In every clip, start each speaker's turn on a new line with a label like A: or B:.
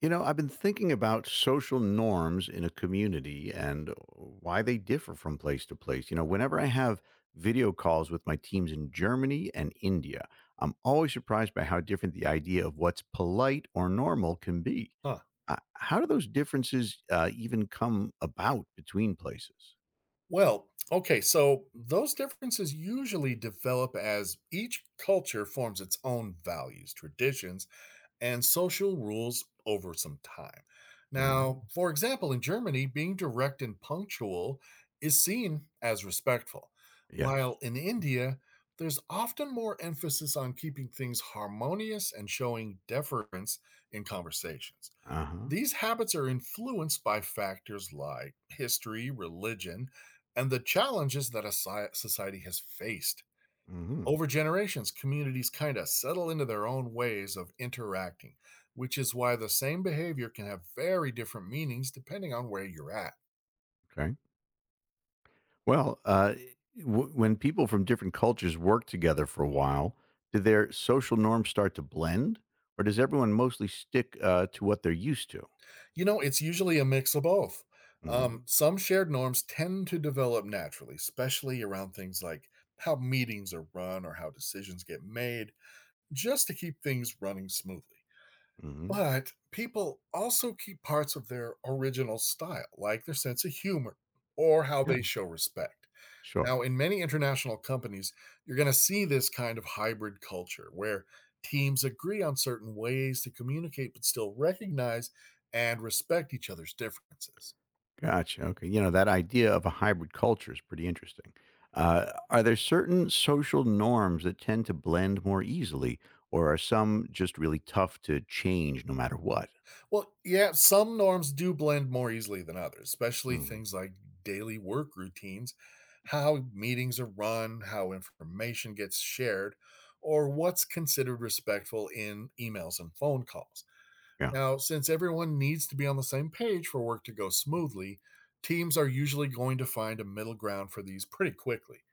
A: You know, I've been thinking about social norms in a community and why they differ from place to place. You know, whenever I have video calls with my teams in Germany and India, I'm always surprised by how different the idea of what's polite or normal can be.
B: Huh.
A: How do those differences even come about between places?
B: Well, okay, so those differences usually develop as each culture forms its own values, traditions, and social rules over some time.
A: hmm
B: Now, for example, in Germany, being direct and punctual is seen as respectful,
A: Yes.
B: while in India, there's often more emphasis on keeping things harmonious and showing deference in conversations.
A: Uh huh.
B: These habits are influenced by factors like history, religion, and the challenges that a society has faced.
A: hmm
B: Over generations, communities kind of settle into their own ways of interacting, which is why the same behavior can have very different meanings depending on where you're at.
A: Okay. Well, uh, when people from different cultures work together for a while, do their social norms start to blend, or does everyone mostly stick to what they're used to?
B: It's usually a mix of both.
A: hmm
B: Some shared norms tend to develop naturally, especially around things like how meetings are run or how decisions get made, just to keep things running smoothly.
A: hmm
B: But people also keep parts of their original style, like their sense of humor or how
A: Yeah,
B: they show respect. Now,
A: sure.
B: in many international companies, you're going to see this kind of hybrid culture where teams agree on certain ways to communicate but still recognize and respect each other's differences.
A: Gotcha. Okay. You know, that idea of a hybrid culture is pretty interesting. Are there certain social norms that tend to blend more easily, or are some just really tough to change no matter what?
B: Well, yeah, some norms do blend more easily than others, especially
A: Mhm.
B: things like daily work routines, how meetings are run, how information gets shared, or what's considered respectful in emails and phone calls.
A: Yeah.
B: Now, since everyone needs to be on the same page for work to go smoothly, teams are usually going to find a middle ground for these pretty quickly.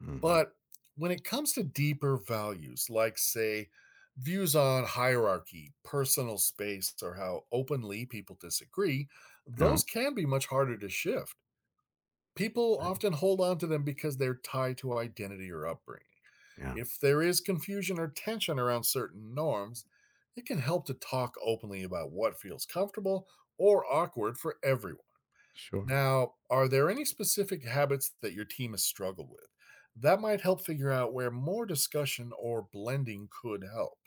A: hmm
B: But when it comes to deeper values, like, say, views on hierarchy, personal space, or how openly people disagree, those
A: Yeah.
B: can be much harder to shift. People often hold on to them because they're tied to identity or upbringing.
A: Yeah.
B: If there is confusion or tension around certain norms, it can help to talk openly about what feels comfortable or awkward for everyone.
A: Sure.
B: Now, are there any specific habits that your team has struggled with? That might help figure out where more discussion or blending could help.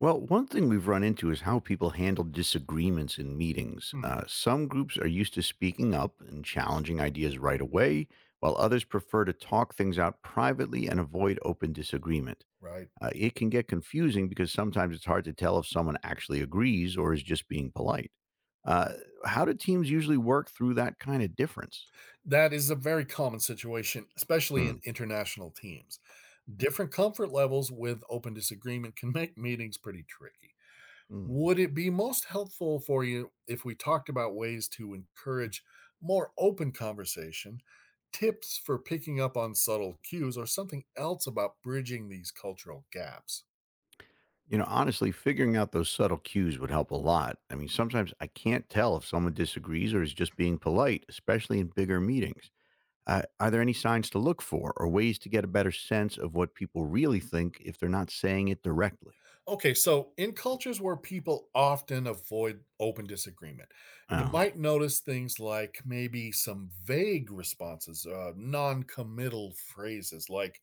A: Well, one thing we've run into is how people handle disagreements in meetings.
B: Hmm.
A: Some groups are used to speaking up and challenging ideas right away, while others prefer to talk things out privately and avoid open disagreement.
B: Right.
A: It can get confusing because sometimes it's hard to tell if someone actually agrees or is just being polite. Uh, how do teams usually work through that kind of difference?
B: That is a very common situation, especially
A: Hmm.
B: in international teams. Different comfort levels with open disagreement can make meetings pretty tricky.
A: Hmm.
B: Would it be most helpful for you if we talked about ways to encourage more open conversation, tips for picking up on subtle cues, or something else about bridging these cultural gaps?
A: You know, honestly, figuring out those subtle cues would help a lot. I mean, sometimes I can't tell if someone disagrees or is just being polite, especially in bigger meetings. Are there any signs to look for or ways to get a better sense of what people really think if they're not saying it directly?
B: Okay, so in cultures where people often avoid open disagreement, you
A: Oh,
B: might notice things like maybe some vague responses, non committal phrases like,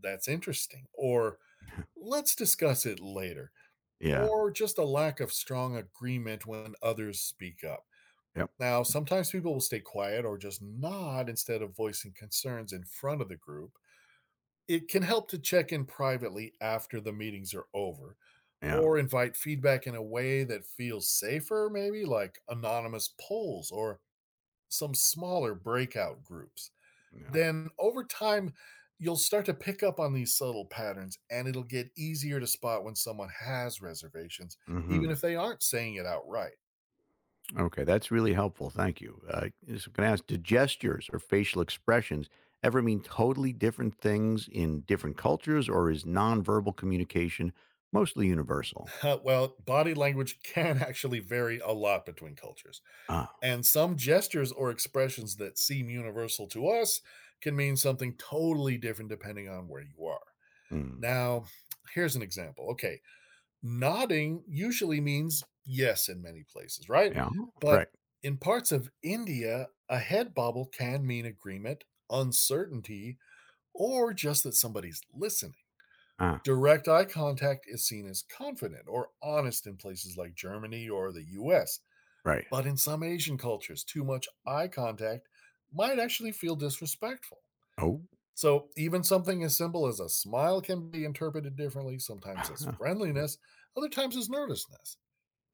B: that's interesting, or let's discuss it later,
A: yeah.
B: or just a lack of strong agreement when others speak up.
A: Yep.
B: Now, sometimes people will stay quiet or just nod instead of voicing concerns in front of the group. It can help to check in privately after the meetings are over,
A: Yeah.
B: or invite feedback in a way that feels safer, maybe like anonymous polls or some smaller breakout groups.
A: Yeah.
B: Then over time you'll start to pick up on these subtle patterns and it'll get easier to spot when someone has reservations,
A: Mm hmm.
B: even if they aren't saying it outright.
A: Okay, that's really helpful. Thank you. Just going to ask, do gestures or facial expressions ever mean totally different things in different cultures, or is nonverbal communication mostly universal?
B: Well, body language can actually vary a lot between cultures,
A: Ah,
B: and some gestures or expressions that seem universal to us can mean something totally different depending on where you are.
A: mm,
B: Now, here's an example. Okay. Nodding usually means yes in many places, right?
A: yeah,
B: But
A: right.
B: in parts of India, a head bobble can mean agreement, uncertainty, or just that somebody's listening.
A: Ah,
B: Direct eye contact is seen as confident or honest in places like Germany or the US.
A: right.
B: But in some Asian cultures, too much eye contact might actually feel disrespectful.
A: Oh,
B: So, even something as simple as a smile can be interpreted differently, sometimes as
A: okay.
B: friendliness, other times as nervousness.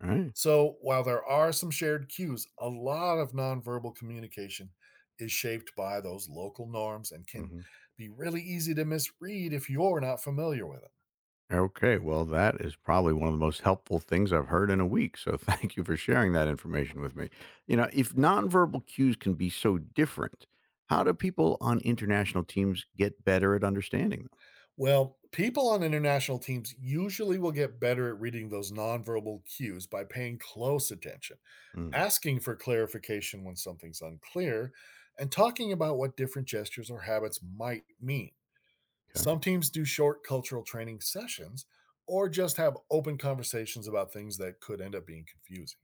A: All right.
B: So, while there are some shared cues, a lot of nonverbal communication is shaped by those local norms and can
A: mm-hmm.
B: be really easy to misread if you're not familiar with it.
A: Okay, well, that is probably one of the most helpful things I've heard in a week. So thank you for sharing that information with me. You know, if nonverbal cues can be so different, how do people on international teams get better at understanding
B: Well, people on international teams usually will get better at reading those nonverbal cues by paying close attention,
A: them?
B: asking for clarification when something's unclear, and talking about what different gestures or habits might mean.
A: Mm, okay.
B: Some teams do short cultural training sessions or just have open conversations about things that could end up being confusing.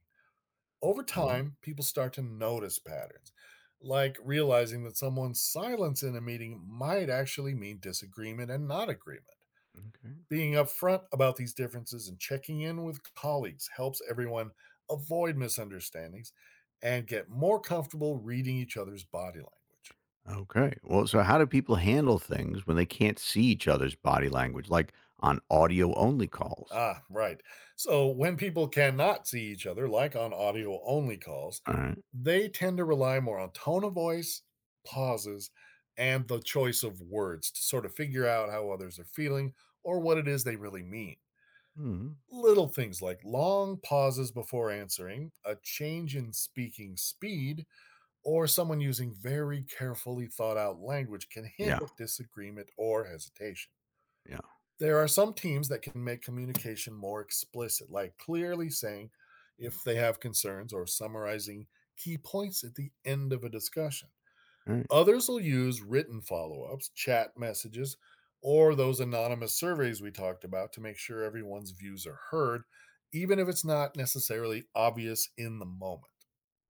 B: Over
A: mhm,
B: time, people start to notice patterns, like realizing that someone's silence in a meeting might actually mean disagreement and not agreement.
A: Okay.
B: Being upfront about these differences and checking in with colleagues helps everyone avoid misunderstandings and get more comfortable reading each other's body language.
A: Okay. Well, so how do people handle things when they can't see each other's body language, like on audio only calls?
B: Ah, right. So when people cannot see each other, like on audio only calls,
A: All right.
B: they tend to rely more on tone of voice, pauses, and the choice of words to sort of figure out how others are feeling or what it is they really mean.
A: mhm,
B: Little things like long pauses before answering, a change in speaking speed, or someone using very carefully thought out language can hint
A: Yeah.
B: at disagreement or hesitation.
A: Yeah.
B: There are some teams that can make communication more explicit, like clearly saying if they have concerns or summarizing key points at the end of a discussion.
A: All right.
B: Others will use written follow ups, chat messages, or those anonymous surveys we talked about to make sure everyone's views are heard, even if it's not necessarily obvious in the moment.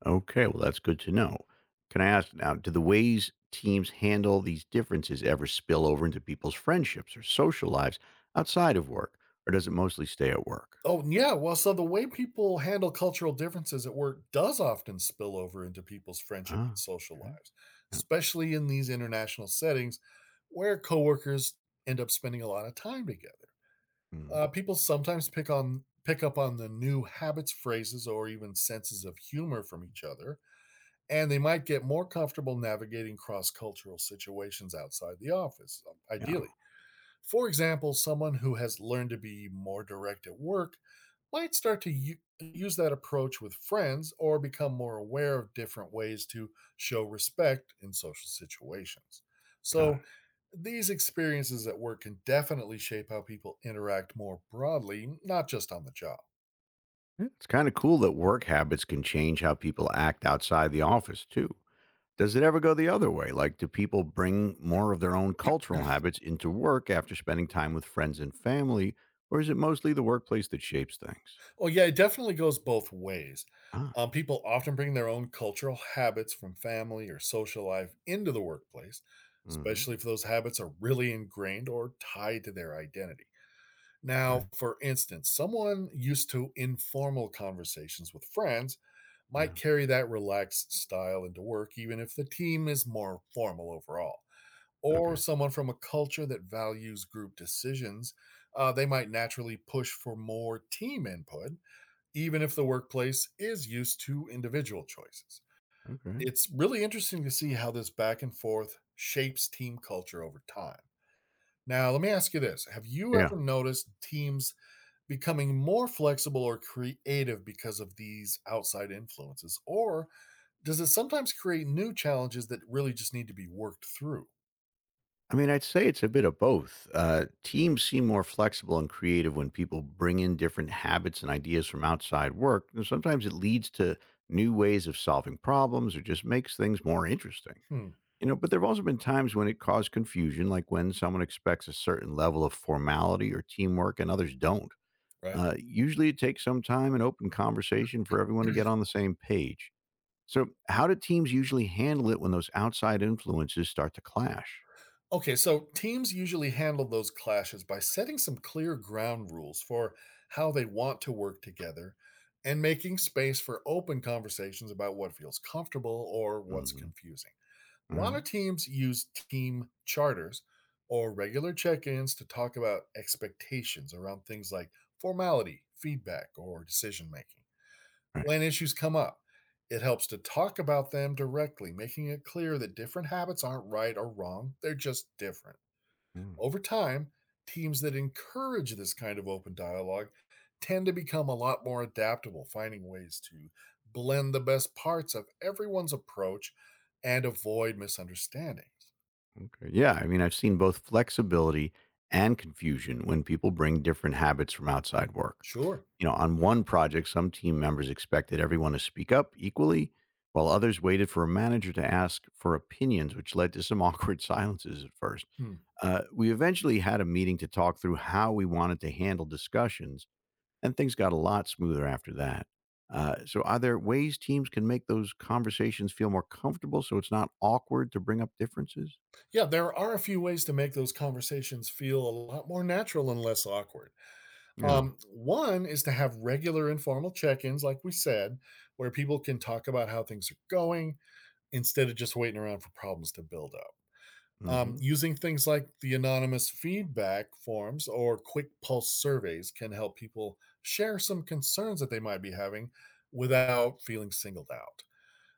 A: Okay, well, that's good to know. Can I ask now, do the ways teams handle these differences ever spill over into people's friendships or social lives outside of work, or does it mostly stay at work?
B: Oh, yeah. Well, so the way people handle cultural differences at work does often spill over into people's friendship and
A: Ah,
B: social
A: okay.
B: lives,
A: Yeah.
B: especially in these international settings where coworkers end up spending a lot of time together.
A: mm,
B: People sometimes pick up on the new habits, phrases, or even senses of humor from each other, and they might get more comfortable navigating cross-cultural situations outside the office,
A: yeah.
B: ideally. For example, someone who has learned to be more direct at work might start to use that approach with friends or become more aware of different ways to show respect in social situations.
A: Got it.
B: So, these experiences at work can definitely shape how people interact more broadly, not just on the job.
A: Yeah, it's kind of cool that work habits can change how people act outside the office, too. Does it ever go the other way? Like, do people bring more of their own cultural habits into work after spending time with friends and family, or is it mostly the workplace that shapes things?
B: Oh, yeah, it definitely goes both ways.
A: Ah,
B: People often bring their own cultural habits from family or social life into the workplace, especially if
A: mm-hmm.
B: those habits are really ingrained or tied to their identity. Now,
A: okay.
B: for instance, someone used to informal conversations with friends might
A: Yeah.
B: carry that relaxed style into work, even if the team is more formal overall. Or
A: Okay.
B: someone from a culture that values group decisions, they might naturally push for more team input, even if the workplace is used to individual choices.
A: Okay.
B: It's really interesting to see how this back and forth shapes team culture over time. Now, let me ask you this. Have you
A: Yeah.
B: ever noticed teams becoming more flexible or creative because of these outside influences? Or does it sometimes create new challenges that really just need to be worked through?
A: I mean, I'd say it's a bit of both. Teams seem more flexible and creative when people bring in different habits and ideas from outside work. And sometimes it leads to new ways of solving problems or just makes things more interesting.
B: Hmm.
A: You know, but there have also been times when it caused confusion, like when someone expects a certain level of formality or teamwork and others don't.
B: Right?
A: Usually it takes some time and open conversation for everyone to get on the same page. So, how do teams usually handle it when those outside influences start to clash?
B: Okay, so teams usually handle those clashes by setting some clear ground rules for how they want to work together and making space for open conversations about what feels comfortable or what's
A: hmm
B: confusing. A
A: All
B: lot
A: right.
B: of teams use team charters or regular check ins to talk about expectations around things like formality, feedback, or decision making.
A: Right.
B: When issues come up, it helps to talk about them directly, making it clear that different habits aren't right or wrong, they're just different.
A: Mm,
B: Over time, teams that encourage this kind of open dialogue tend to become a lot more adaptable, finding ways to blend the best parts of everyone's approach and avoid misunderstandings.
A: Okay. Yeah. I mean, I've seen both flexibility and confusion when people bring different habits from outside work.
B: Sure.
A: You know, on one project, some team members expected everyone to speak up equally, while others waited for a manager to ask for opinions, which led to some awkward silences at first.
B: Hmm.
A: We eventually had a meeting to talk through how we wanted to handle discussions. And things got a lot smoother after that. So, are there ways teams can make those conversations feel more comfortable so it's not awkward to bring up differences?
B: Yeah, there are a few ways to make those conversations feel a lot more natural and less awkward.
A: Yeah.
B: One is to have regular informal check ins, like we said, where people can talk about how things are going instead of just waiting around for problems to build up.
A: hmm
B: Using things like the anonymous feedback forms or quick pulse surveys can help people share some concerns that they might be having without feeling singled out.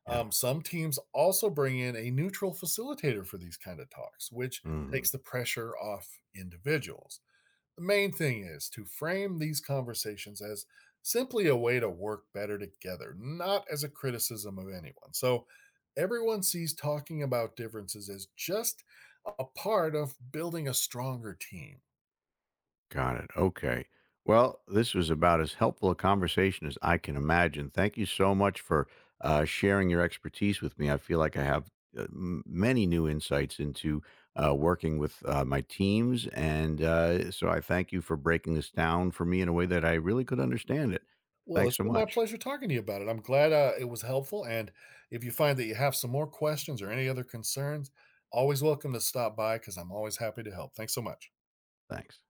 A: Yeah.
B: Some teams also bring in a neutral facilitator for these kind of talks, which
A: hmm
B: takes the pressure off individuals. The main thing is to frame these conversations as simply a way to work better together, not as a criticism of anyone. So everyone sees talking about differences as just a part of building a stronger team.
A: Got it. Okay. Well, this was about as helpful a conversation as I can imagine. Thank you so much for sharing your expertise with me. I feel like I have many new insights into working with my teams. And so I thank you for breaking this down for me in a way that I really could understand it.
B: Well,
A: Thanks
B: it's
A: so
B: been my
A: much.
B: pleasure talking to you about it. I'm glad it was helpful. And if you find that you have some more questions or any other concerns, always welcome to stop by because I'm always happy to help. Thanks so much.
A: Thanks.